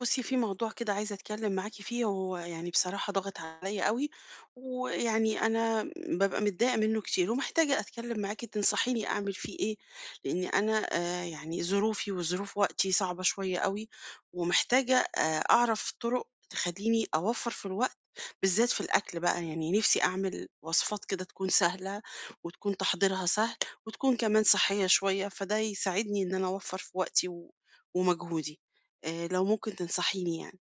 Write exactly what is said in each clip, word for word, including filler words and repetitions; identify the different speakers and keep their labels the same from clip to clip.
Speaker 1: بُصّي، في موضوع كده عايزة أتكلّم معاكِ فيه، هو يعني بصراحة ضاغط عليّا أوي، ويعني أنا بابقى متضايقة منّه كتير، ومحتاجة أتكلّم معاكِ تنصحيني أعمل فيه إيه. لإن أنا آآ يعني ظروفي وظروف وقتي صعبة شوية أوي، ومحتاجة آآ أعرف طُرق تخلّيني أوفّر في الوقت، بالذات في الأكل بقى. يعني نِفْسي أعمل وصفات كده تكون سهلة، وتكون تحضيرها سهل، وتكون كمان صحّية شوية، فده يساعدني إن أنا أوفّر في وقتي و ومجهودي. آآ لو ممكن تنصحيني يعني.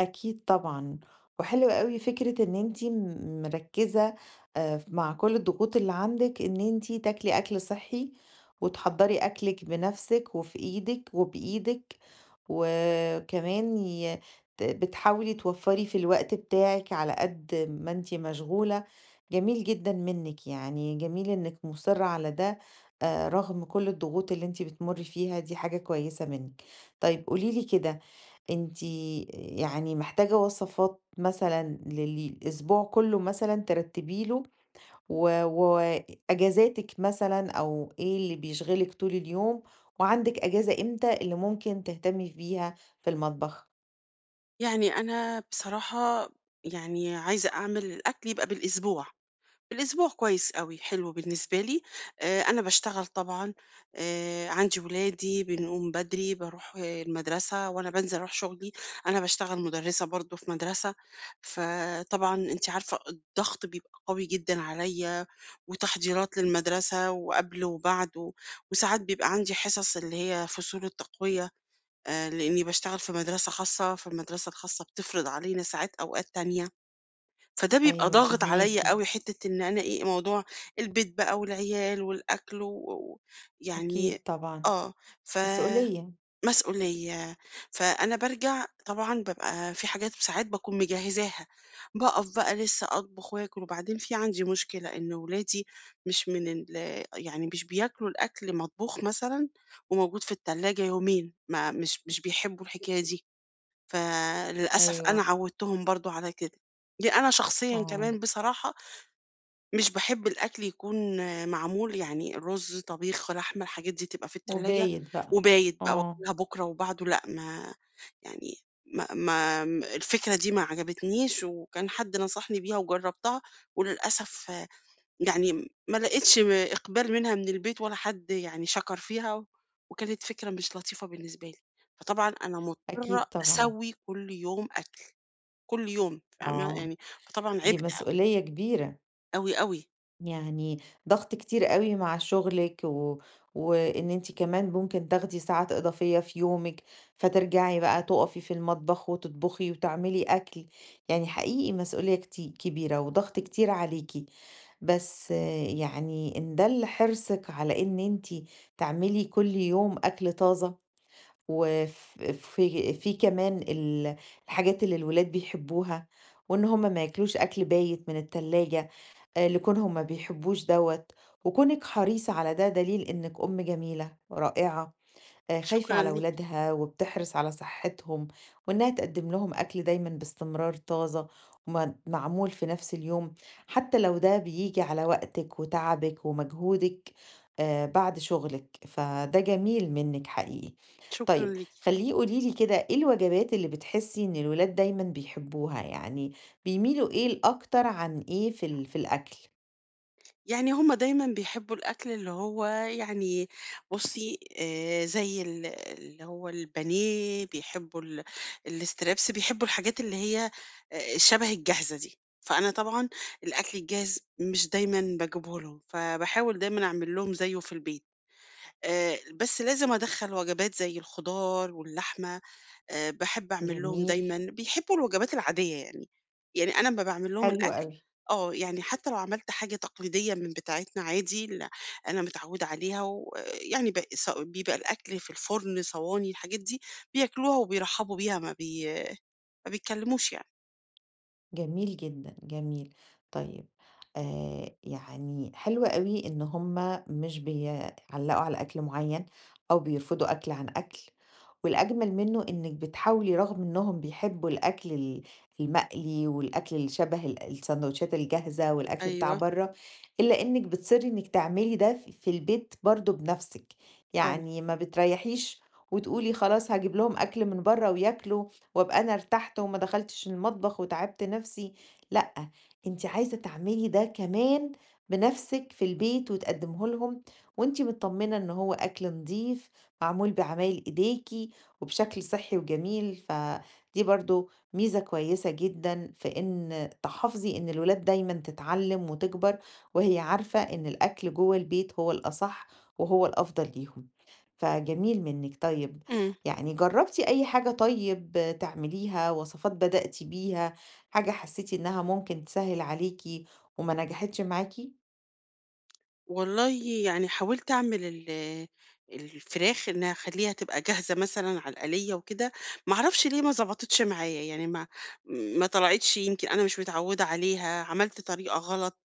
Speaker 2: أكيد طبعًا، وحلو أوي فكرة إن أنتِ م مركّزة آآ مع كل الضغوط اللي عندِك إن أنتِ تاكلي أكل صحّي، وتحضّري أكلِك بنَفْسِك وفي إيدِك وبإيدِك، وكمان ي ت بتحاولي توفّري في الوقت بتاعِك على قد ما أنتِ مشغولة، جميل جدًا منِّك يعني، جميل إنِّك مُصرّة على ده آآ رغم كل الضغوط اللي أنتِ بتمُرّي فيها، دي حاجة كويسة منِّك. طيب قولي لي كده أنتِ يعني محتاجة وصفات مثلًا لل الأسبوع كله مثلًا ترتبي له و وأجازاتِك مثلًا أو إيه اللي بيشغلِك طول اليوم، وعندِك أجازة إمتى اللي ممكن تهتمي بيها في المطبخ.
Speaker 1: يعني أنا بصراحة يعني عايزة أعمل الأكل يبقى بالأسبوع، بالأسبوع كويس أوي، حلو بالنسبة لي. آآ أنا باشتغل طبعًا، آآ عندي ولادي، بنقوم بدري، باروح المدرسة وأنا بانزل أروح شغلي. أنا باشتغل مُدرِّسة برضه في مدرسة، فطبعًا أنتِ عارفة الضغط بيبقى قوي جدًا عليّا وتحضيرات للمدرسة وقبل وبعد و وساعات بيبقى عندي حصص اللي هي فصول التقوية. آآ لإني باشتغل في مدرسة خاصة، فالمدرسة الخاصة بتفرض علينا ساعات أوقات تانية، فده بيبقى
Speaker 2: أيوه
Speaker 1: ضاغط
Speaker 2: فاهماكِ،
Speaker 1: عليّا أوي حتّة إن أنا إيه، موضوع البيت بقى والعيال والأكل و و يعني
Speaker 2: أكيد طبعًا،
Speaker 1: آه، ف
Speaker 2: مسؤولية،
Speaker 1: مسؤولية. فأنا بارجع طبعًا بابقى في حاجات ساعات باكون مجهّزاها، باقف بقى لسه أطبخ وآكل، وبعدين في عندي مشكلة إن ولادي مش من ال يعني مش بياكلوا الأكل مطبوخ مثلًا وموجود في التلاجة يومين، ما مش مش بيحبوا الحكاية دي، فللأسف أنا
Speaker 2: أيوه،
Speaker 1: عوّدتهم برضه على كده. دي أنا شخصيًا
Speaker 2: آه،
Speaker 1: كمان بصراحة مش باحب الأكل يكون معمول، يعني رز، طبيخ، لحمة، الحاجات دي تبقى في التلاجة
Speaker 2: وبايت بقى،
Speaker 1: وبايت بقى
Speaker 2: آه،
Speaker 1: وآكلها بُكرة وبعده لأ. ما يعني ما ما م الفكرة دي ما عجبتنيش وكان حد نصحني بيها وجرّبتها وللأسف يعني ما لقيتش م إقبال منها من البيت ولا حد يعني شكر فيها، وكانت فكرة مش لطيفة بالنسبة لي. فطبعًا أنا مضطرة
Speaker 2: أكيد طبعًا،
Speaker 1: أسوّي كل يوم أكل، كل يوم فاهمة،
Speaker 2: آه،
Speaker 1: يعني فطبعًا عبء
Speaker 2: دي
Speaker 1: أوي،
Speaker 2: مسؤولية كبيرة.
Speaker 1: أوي، أوي.
Speaker 2: يعني ضغط كتير قوي مع شغلِك و وإن أنتِ كمان ممكن تاخدي ساعات إضافية في يومِك، فترجعي بقى تُقفي في المطبخ وتطبخي وتعملي أكل، يعني حقيقي مسؤولية كتي كبيرة وضغط كتير عليكِ، بس آه، يعني إن دَل حرصِك على إن أنتِ تعملي كل يوم أكل طازة وف في في كمان ال الحاجات اللي الولاد بيحبوها، وإن هُم ما ياكلوش أكل بايت من التلاجة. آآ لكونهم ما بيحبوش دوّة، وكونِك حريصة على ده دليل إنِّك أم جميلة، رائعة، آآ خايفة
Speaker 1: شكرًا
Speaker 2: على
Speaker 1: ليكِ.
Speaker 2: ولادها وبتحرص على صحتهم، وإنها تقدّم لهم أكل دايمًا باستمرار طازة وم معمول في نفس اليوم، حتى لو ده بييجي على وقتِك وتعبِك ومجهودِك آآ بعد شغلِك، فده جميل منِّك حقيقي.
Speaker 1: شكرًا
Speaker 2: طيب
Speaker 1: ليكِ.
Speaker 2: خلّيني قولي لي كده إيه الوجبات اللي بتحسّي إن الولاد دايمًا بيحبوها، يعني بيميلوا إيه الأكتر عن إيه في ال في الأكل؟
Speaker 1: يعني هُم دايمًا بيحبّوا الأكل اللي هو يعني بُصّي، آآ زي ال اللي هو البانيه، بيحبّوا ال الستريبس، بيحبّوا الحاجات اللي هي آآ شَبه الجاهزة دي. فأنا طبعًا الأكل الجاهز مش دايمًا باجيبه لهم، فباحاول دايمًا أعمل لهم زيّه في البيت. آآ بس لازم أدخّل وجبات زي الخضار واللحمة. آآ باحب أعمل لهم
Speaker 2: جميل،
Speaker 1: دايمًا بيحبوا الوجبات العادية يعني. يعني أنا أمّا باعمل لهم
Speaker 2: حلو
Speaker 1: الأكل
Speaker 2: أوي،
Speaker 1: آه، يعني حتى لو عملت حاجة تقليدية من بتاعتنا عادي ال أنا متعودة عليها ويعني ب ص بيبقى الأكل في الفرن، صواني، الحاجات دي بياكلوها وبيرحبوا بيها ما بي ما بيتكلموش يعني.
Speaker 2: جميل جدًا، جميل. طيب آآ يعني حلو أوي إن هُم مش بيعلّقوا على أكل معيّن أو بيرفضوا أكل عن أكل، والأجمل منّه إنِّك بتحاولي رغم إنّهم بيحبّوا الأكل ال المقلي والأكل اللي شَبه ال الساندوتشات الجاهزة والأكل بتاع
Speaker 1: أيوه.
Speaker 2: برّه، إلا إنِّك بتصرّي إنِّك تعملي ده ف في البيت برضه بنَفْسِك،
Speaker 1: آه.
Speaker 2: يعني ما بتريّحيش وتقولي خلاص هاجيب لهم أكل من برّه وياكلوا وأبقى أنا ارتحت وما دخلتش المطبخ وتعبت نفسي، لأ، أنتِ عايزة تعملي ده كمان بنفسِك في البيت وتقدميه لهم، وأنتِ متطمنة إن هو أكل نضيف معمول بعمايل إيديكِ وبشكل صحي وجميل، فدي برضه ميزة كويسة جدًا في إن تحافظي إن الولاد دايمًا تتعلم وتكبر وهي عارفة إن الأكل جوه البيت هو الأصح وهو الأفضل ليهم، فجميل منِّك. طيب
Speaker 1: إمم.
Speaker 2: يعني جرّبتِ أي حاجة طيب تعمليها، وصفات بدأتِ بيها، حاجة حسّيتِ إنها ممكن تسهّل عليكِ وما نجحتش معاكِ؟
Speaker 1: والله يعني حاولت أعمل ال- الفراخ إن أخليها تبقى جاهزة مثلا على الآلية وكده، معرفش ليه ما ظبطتش معايا، يعني ما ما طلعتش، يمكن أنا مش متعودة عليها، عملت طريقة غلط.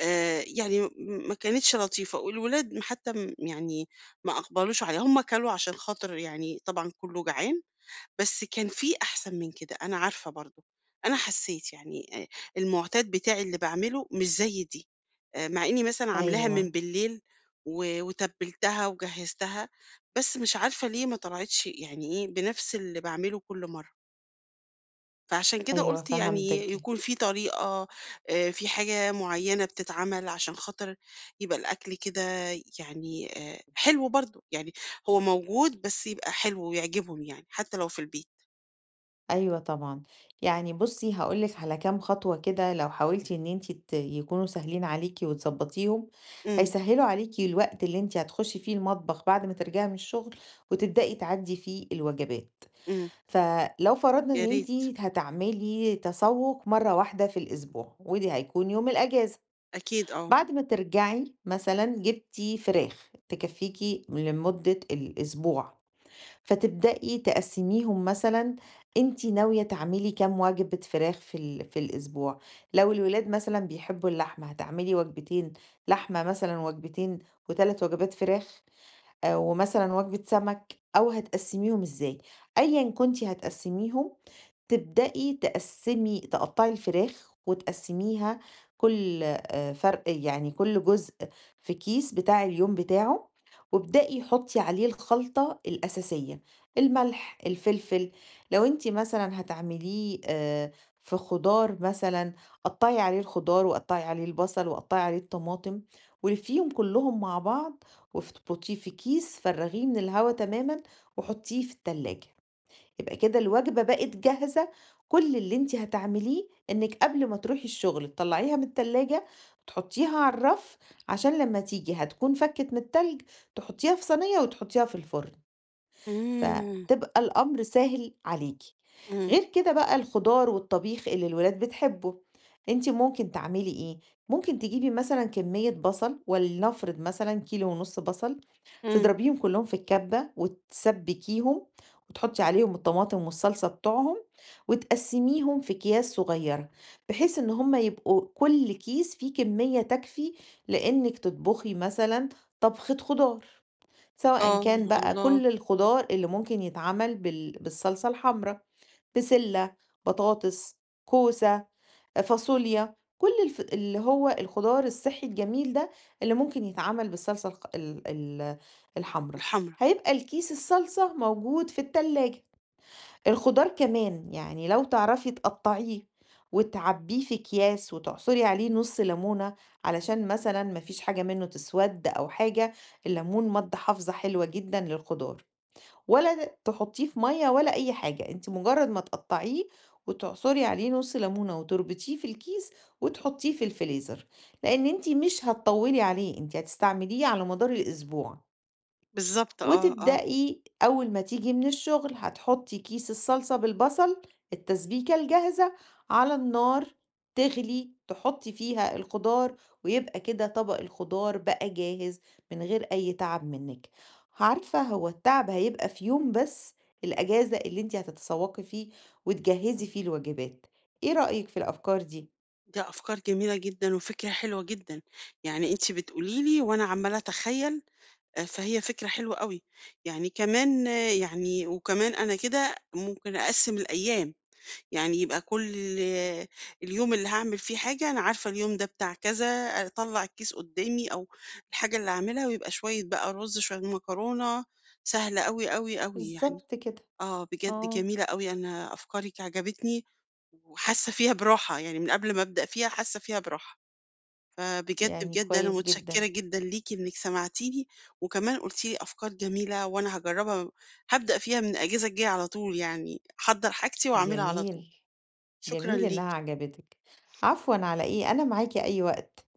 Speaker 1: آه، يعني م- ما كانتش لطيفة والولاد حتى م- يعني ما أقبلوش عليها، هم كلوا عشان خاطر يعني طبعا كله جعان، بس كان في أحسن من كده، أنا عارفة برضه. أنا حسّيت يعني آآ المُعتاد بتاعي اللي باعمله مش زي دي، آآ مع إنّي مثلًا عاملاها من
Speaker 2: أيوه،
Speaker 1: بالليل و وتبِّلتها وجهّزتها، بس مش عارفة ليه ما طلعتش يعني إيه، بنفس اللي باعمله كل مرّة. فعشان كده
Speaker 2: أيوه
Speaker 1: قُلت يعني
Speaker 2: فهمتِك.
Speaker 1: يكون في طريقة، آآ في حاجة معيّنة بتتعمل عشان خاطر يبقى الأكل كده، يعني آآ حلو برضه، يعني هو موجود بس يبقى حلو ويعجبهم يعني، حتّى لو في البيت.
Speaker 2: أيوه طبعًا. يعني بُصّي هاقول لِك على كام خطوة كده لو حاولتِ إن أنتِ ت يكونوا سهلين عليكِ وتضبّطيهم،
Speaker 1: إمم.
Speaker 2: هيسهّلوا عليكِ الوقت اللي أنتِ هتخشّي فيه المطبخ بعد ما ترجعي من الشغل وتبدئي تعدّي فيه الوجبات.
Speaker 1: إمم،
Speaker 2: فلو فرضنا
Speaker 1: يا
Speaker 2: إن أنتِ
Speaker 1: ريت.
Speaker 2: هتعملي تسوق مرّة واحدة في الأسبوع، ودي هيكون يوم الأجازة،
Speaker 1: أكيد آه.
Speaker 2: بعد ما ترجعي مثلًا جبتِ فراخ تكفّيكِ لمدة الأسبوع، فتبدئي تقسّميهم مثلًا أنتِ ناوية تعملي كام وجبة فراخ في ال في الأسبوع، لو الولاد مثلًا بيحبوا اللحمة هتعملي وجبتين لحمة مثلًا، وجبتين و3 وجبات فراخ، آآ، ومثلًا وجبة سمك أو هتقسّميهم إزاي؟ أيًا كنتِ هتقسّميهم تبدئي تقسّمي تقطّعي الفراخ وتقسّميها كل آآ فرق يعني كل جزء في كيس بتاع اليوم بتاعه، وابدئي حُطّي عليه الخلطة الأساسية، الملح، الفلفل، لو أنتِ مثلًا هتعمليه آآ في خضار مثلًا قطّعي عليه الخضار وقطّعي عليه البصل وقطّعي عليه الطماطم، ولفّيهم كلّهم مع بعض وافتبُطيه في كيس فرّغيه من الهوا تمامًا وحُطّيه في التلاجة. يبقى كده الوجبة بقت جاهزة، كل اللي أنتِ هتعمليه إنِّك قبل ما تروحي الشغل تطلّعيها من التلاجة، تحطّيها على الرف، عشان لمّا تيجي هتكون فكِّت من التلج، تحطّيها في صينية وتحطّيها في الفرن.
Speaker 1: إمم.
Speaker 2: فتبقى الأمر سهل عليكِ.
Speaker 1: إمم.
Speaker 2: غير كده بقى الخضار والطبيخ اللي الولاد بتحبه، أنتِ ممكن تعملي إيه، ممكن تجيبي مثلًا كمية بصل ولنفرض مثلًا كيلو ونص بصل،
Speaker 1: إمم.
Speaker 2: تضربيهم كلّهم في الكبة وتسبّكيهم وتحطّي عليهم الطماطم والصلصة بتوعهم وتقسّميهم في أكياس صغيّرة، بحيث إن هم يبقوا كل كيس فيه كمية تكفي لإنِّك تطبخي مثلًا طبخة خضار. سواءً
Speaker 1: آه.
Speaker 2: كان بقى
Speaker 1: الله!
Speaker 2: كل الخضار اللي ممكن يتعمل بال بالصلصة الحمرا، بسلة، بطاطس، كوسة، فاصوليا، كل الف اللي هو الخضار الصحّي الجميل ده اللي ممكن يتعمل بالصلصة الخ ال ال الحمرا،
Speaker 1: الحمرا.
Speaker 2: هيبقى الكيس الصلصة موجود في التلاجة. الخضار كمان، يعني لو تعرفي تقطّعيه وتعبّيه في أكياس وتعصري عليه نُص ليمونة علشان مثلًا ما فيش حاجة منّه تسوَد أو حاجة، الليمون مادة حافظة حلوة جدًا للخضار، ولا تحطّيه في مَيّة ولا أي حاجة، أنتِ مجرّد ما تقطّعيه وتعصري عليه نُص ليمونة وتربطيه في الكيس وتحطّيه في الفريزر، لإن أنتِ مش هتطوّلي عليه، أنتِ هتستعمليه على مدار الأسبوع.
Speaker 1: بالضبط آه، آه،
Speaker 2: وتبدئي أول ما تيجي من الشغل هتحطي كيس الصلصة بالبصل التسبيكة الجاهزة على النار تغلي تحطي فيها الخضار ويبقى كده طبق الخضار بقى جاهز من غير أي تعب منك. عارفة هو التعب هيبقى في يوم بس، الأجازة اللي انت هتتسوقي فيه وتجهزي فيه الوجبات. ايه رأيك في الأفكار دي؟
Speaker 1: دي أفكار جميلة جدًا وفكرة حلوة جدًا. يعني أنتِ بتقولي لي وأنا عمّالة أتخيّل، آآ، فهي فكرة حلوة أوي. يعني كمان آه، يعني وكمان أنا كده ممكن أقسّم الأيام. يعني يبقى كل اليوم اللي هاعمل فيه حاجة أنا عارفة اليوم ده بتاع كذا، أطلّع الكيس قدّامي أو الحاجة اللي هاعملها ويبقى شوية بقى رُز، شوية مكرونة، سهلة أوي، أوي، أوي يعني.
Speaker 2: بالظبط كده.
Speaker 1: آه، بجد
Speaker 2: اه،
Speaker 1: جميلة أوي، أنا أفكارِك عجبتني وحاسة فيها براحة، يعني من قبل ما أبدأ فيها حاسة فيها براحة. فبجد،
Speaker 2: يعني
Speaker 1: بجد أنا
Speaker 2: كويس
Speaker 1: متشكرة
Speaker 2: جدا.
Speaker 1: جدًا ليكِ إنِّك سمعتيني وكمان قُلتِ لي أفكار جميلة وأنا هاجرّبها، هابدأ فيها من الأجازة الجاية على طول يعني، هاحضّر حاجتي وأعملها على طول.
Speaker 2: جميل.
Speaker 1: شكرًا
Speaker 2: جميل إنها
Speaker 1: ليكِ.
Speaker 2: عجبتِك. عفوًا على إيه، أنا معاكِ أي وقت.